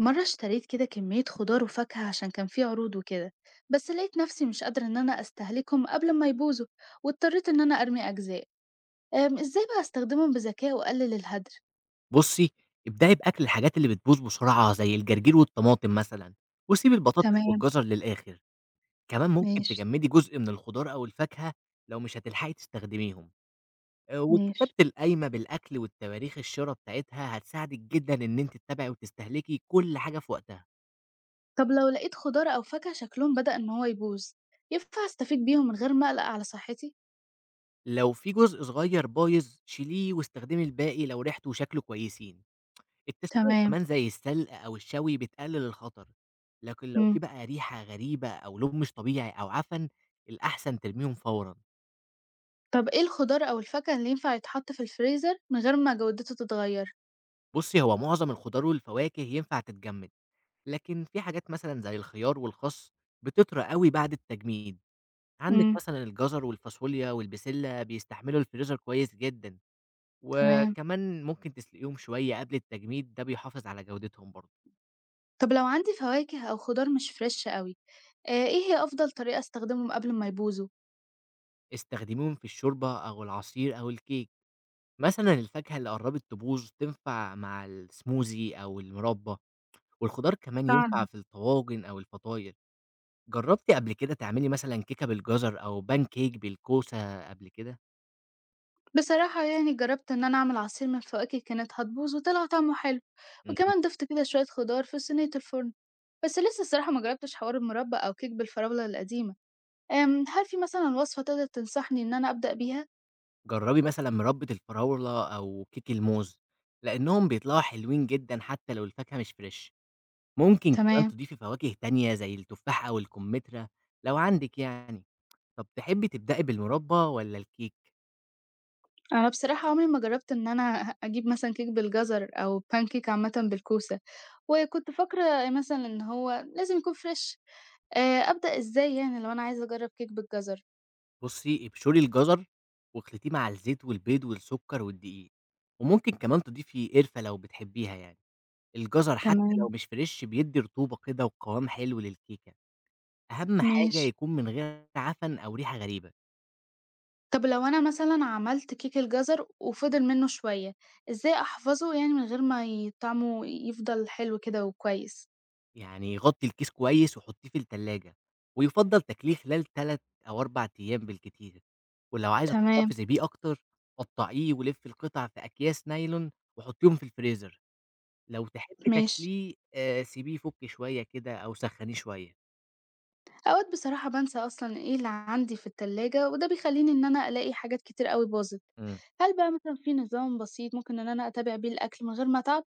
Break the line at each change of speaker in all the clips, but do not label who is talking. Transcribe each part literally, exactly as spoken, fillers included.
مرة اشتريت كده كمية خضار وفاكهة عشان كان في عروض وكده. بس لقيت نفسي مش قادرة إن أنا أستهلكهم قبل ما يبوظوا، واضطريت إن أنا أرمي أجزاء. أم إزاي بقى أستخدمهم بذكاء وأقلل الهدر؟
بُصّي، ابدئي بأكل الحاجات اللي بتبوظ بسرعة زي الجرجير والطماطم مثلًا، وسيبي البطاطس
تمام.
والجزر للآخر، كمان ممكن
ماشي،
تجمّدي جزء من الخضار أو الفاكهة لو مش هتلحقي تستخدميهم، آآ وكتابة
ماشي.
القايمة بالأكل والتواريخ الشرا بتاعتها هتساعدِك جدًا إن أنتِ تتابعي وتستهلكي كل حاجة في وقتها،
طب لو لقيت خضار أو فاكهة شكلهم بدأ إن هو يبوظ، ينفع أستفيد بيهم من غير ما أقلق على صحتي؟
لو في جزء صغير بايظ شيليه واستخدمي الباقي لو ريحته وشكله كويسين. التسوية
تمام.
كمان زي السلق أو الشوي بتقلل الخطر، لكن لو
مم.
في بقى ريحة غريبة أو لون مش طبيعي أو عفن الأحسن ترميهم فورًا.
طب إيه الخضار أو الفاكهة اللي ينفع يتحط في الفريزر من غير ما جودته تتغير؟
بُصّي، هو معظم الخضار والفواكه ينفع تتجمد، لكن في حاجات مثلًا زي الخيار والخس بتطرى أوي بعد التجميد. عندِك
مم.
مثلًا الجزر والفاصوليا والبسلة بيستحملوا الفريزر كويس جدًا،
تمام.
وكمان ممكن تسلقيهم شوية قبل التجميد ده بيحافظ على جودتهم برضه.
طب لو عندي فواكه أو خضار مش فريش قوي، آه، إيه هي أفضل طريقة أستخدمهم قبل ما يبوظوا؟
استخدميهم في الشوربة أو العصير أو الكيك. مثلًا الفاكهة اللي قرّبت تبوظ تنفع مع السموزي أو المربى، والخضار كمان ينفع
فعلا.
في الطواجن أو الفطاير. جرّبتِ قبل كده تعملي مثلًا كيكة بالجزر أو pancake بالكوسة قبل كده؟
بصراحة يعني جربت إن أنا أعمل عصير من الفواكه كانت هتبوظ وطلع طعمه حلو،
اهم.
وكمان ضفت كده شوية خضار في صينية الفرن، بس لسه الصراحة ما جربتش حوار المربى أو كيك بالفراولة القديمة. أم، هل في مثلا وصفة تقدر تنصحني إن أنا أبدأ بيها؟
جرّبي مثلًا مربى الفراولة أو كيك الموز، لإنّهم بيطلعوا حلوين جدًا حتى لو الفاكهة مش فريش. ممكن كمان
تمام.
تضيفي فواكه تانية زي التفاح أو الكمثرى لو عندِك يعني. طَب تحبّي تبدئي بالمربى والّا الكيك؟
أنا بصراحة عمري ما جربت إن أنا أجيب مثلا كيك بالجزر أو بانكيك عامة بالكوسة، وكنت فاكرة مثلا إن هو لازم يكون فريش. آآ أبدأ إزاي يعني لو أنا عايزة أجرّب كيك بالجزر؟
بُصّي، ابشري الجزر واخلطيه مع الزيت والبيض والسكر والدقيق، وممكن كمان تضيفي قرفة لو بتحبيها يعني. الجزر حتى
تمام.
لو مش فريش بيدّي رطوبة كده وقوام حلو للكيكة. أهم حاجة
ماشي.
يكون من غير عفن أو ريحة غريبة.
طب لو أنا مثلًا عملت كيك الجزر وفضل منّه شوية، إزاي أحفظه يعني من غير ما ي طعمه يفضل حلو كده وكويس؟
يعني غطّي الكيس كويس وحطيه في التلاجة، ويُفضّل تاكليه خلال تلات أو أربع أيام بالكتير. ولو عايزة
تمام.
تحتفظي بيه أكتر، قطّعيه ولفّي القطع في أكياس نايلون وحطيهم في الفريزر. لو تحبّي
ماشي.
تاكليه آآ سيبيه يفُك شوية كده أو سخّنيه شوية.
أوقات بصراحة بانسى أصلًا إيه اللي عندي في التلاجة، وده بيخلّيني إن أنا ألاقي حاجات كتير أوي باظت.
إمم.
هل بقى مثلًا في نظام بسيط ممكن إن أنا أتابع بيه الأكل من غير ما أتعب؟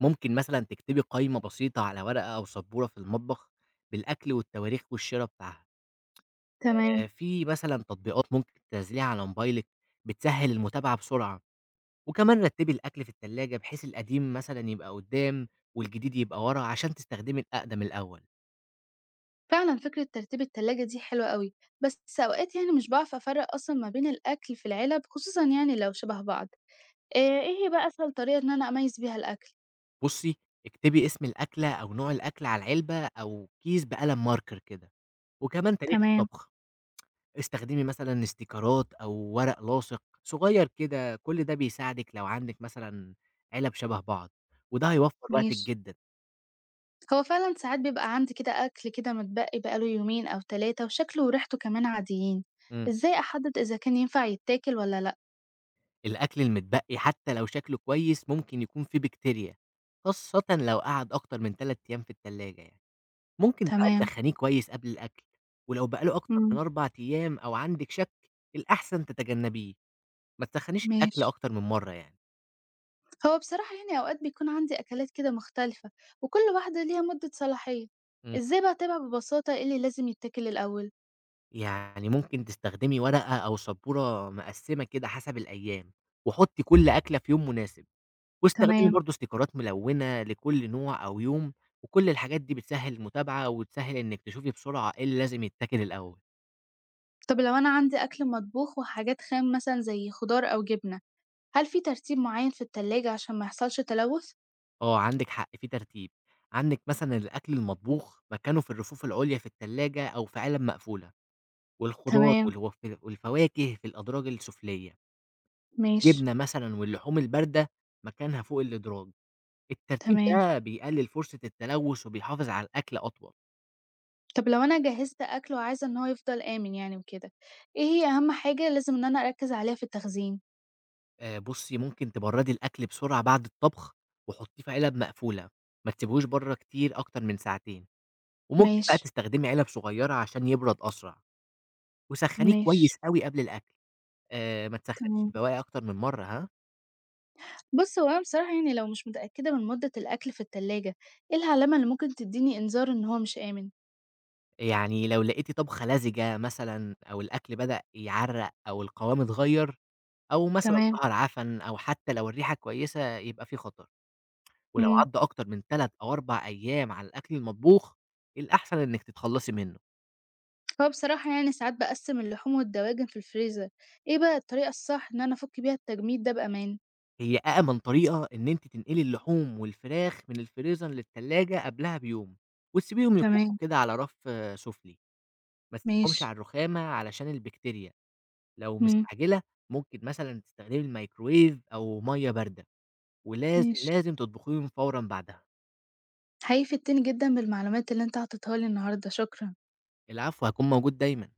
ممكن مثلًا تكتبي قايمة بسيطة على ورقة أو سبورة في المطبخ بالأكل والتواريخ والشِرَا بتاعها.
تمام.
آآ في مثلًا تطبيقات ممكن تنزّليها على موبايلِك بتسهّل المتابعة بسرعة، وكمان رتّبي الأكل في التلاجة بحيث القديم مثلًا يبقى قُدّام والجديد يبقى ورا عشان تستخدمي الأقدم الأول.
فعلًا فكرة ترتيب التلاجة دي حلوة أوي، بس أوقات يعني مش باعرف أفرّق أصلًا ما بين الأكل في العلب، خصوصًا يعني لو شبه بعض. آآ إيه هي بقى أسهل طريقة إن أنا أميّز بيها الأكل؟
بُصّي، اكتبي اسم الأكلة أو نوع الأكل على العلبة أو كيس بقلم marker كده، وكمان تاريخ
تمام.
الطبخ. استخدمي مثلًا استيكرات أو ورق لاصق صغير كده، كل ده بيساعدِك لو عندِك مثلًا علب شبه بعض، وده هيوفّر وقتِك
ماشي.
جدًا.
هو فعلًا ساعات بيبقى عندي كده أكل كده متبقي بقى له يومين أو تلاتة وشكله وريحته كمان عاديين،
إمم.
إزاي أحدد إذا كان ينفع يتاكل والّا لأ؟
الأكل المتبقي حتى لو شكله كويس ممكن يكون فيه بكتيريا، خاصةً لو قعد أكتر من تلات أيام في التلاجة يعني. ممكن بقى
تمام.
تسخّنيه كويس قبل الأكل، ولو بقى له أكتر
إمم.
من أربع أيام أو عندِك شك، الأحسن تتجنبيه، ما تسخّنيش الأكل
ماشي.
أكتر من مرّة يعني.
هو بصراحة يعني أوقات بيكون عندي أكلات كده مختلفة وكل واحدة ليها مدة صلاحية، إزاي بقى أتابع ببساطة إيه اللي لازم يتاكل الأول؟
يعني ممكن تستخدمي ورقة أو سبورة مقسّمة كده حسب الأيام، وحُطّي كل أكلة في يوم مناسب، واستخدمي
تمام.
برضه استيكرات ملونة لكل نوع أو يوم، وكل الحاجات دي بتسهّل المتابعة وبتسهّل إنِّك تشوفي بسرعة إيه اللي لازم يتاكل الأول.
طب لو أنا عندي أكل مطبوخ وحاجات خام مثلا زي خضار أو جبنة، هل في ترتيب معين في التلاجة عشان ما يحصلش تلوث؟
آه، عندِك حق في ترتيب، عندِك مثلًا الأكل المطبوخ مكانه في الرفوف العُليا في التلاجة أو في علب مقفولة، والخضار
تمام.
والوف والفواكه في الأدراج السفلية،
ماشي.
جبنة مثلًا واللحوم الباردة مكانها فوق الإدراج. الترتيب
تمام.
ده بيقلل فرصة التلوث وبيحافظ على الأكل أطول.
طب لو أنا جهزت أكل وعايزة إن هو يفضل آمن يعني وكده، إيه هي أهم حاجة لازم إن أنا أركز عليها في التخزين؟
آآ بُصّي، ممكن تبردي الأكل بسرعة بعد الطبخ وحطّيه في علب مقفولة، ما تسيبيهوش برّه كتير أكتر من ساعتين، وممكن بقى
ماشي.
تستخدمي علب صغيرة عشان يبرد أسرع، وسخّنيه
ماشي.
كويس أوي قبل الأكل، آآ ما تسخّنيش
تمام.
البواقي أكتر من مرّة ها،
بص، هو أنا بصراحة يعني لو مش متأكدة من مدة الأكل في التلاجة، إيه العلامة اللي ممكن تديني إنذار إن هو مش آمن؟
يعني لو لقيتِ طبخة لزجة مثلًا أو الأكل بدأ يعرّق أو القوام اتغيّر أو مثلًا
تمام.
ضهر عفن أو حتى لو الريحة كويسة يبقى في خطر. ولو
مم.
عدّى أكتر من تلاتة أو أربعة أيام على الأكل المطبوخ، الأحسن إنِّك تتخلّصي منّه.
فبصراحة يعني ساعات بقسم اللحوم والدواجن في الفريزر، ايه بقى الطريقة الصح ان انا افك بيها التجميد ده بامان؟
هي أأمن طريقة إن أنتِ تنقلي اللحوم والفراخ من الفريزر للتلاجة قبلها بيوم، وتسيبيهم يفُكّوا
تمام.
كده على رف آه، سُفلي، ما تسيبيهمش
ماشي.
على الرخامة علشان البكتيريا. لو
مم.
مستعجلة ممكن مثلًا تستخدمي الميكروويف أو مَيّة باردة، ولازم،
ماشي.
لازم تطبخيهم فورًا بعدها.
حقيقي فدتني جدا بالمعلومات اللي انت عطيتها لي النهاردة، شكرا.
العفو، هاكون موجود دايمًا.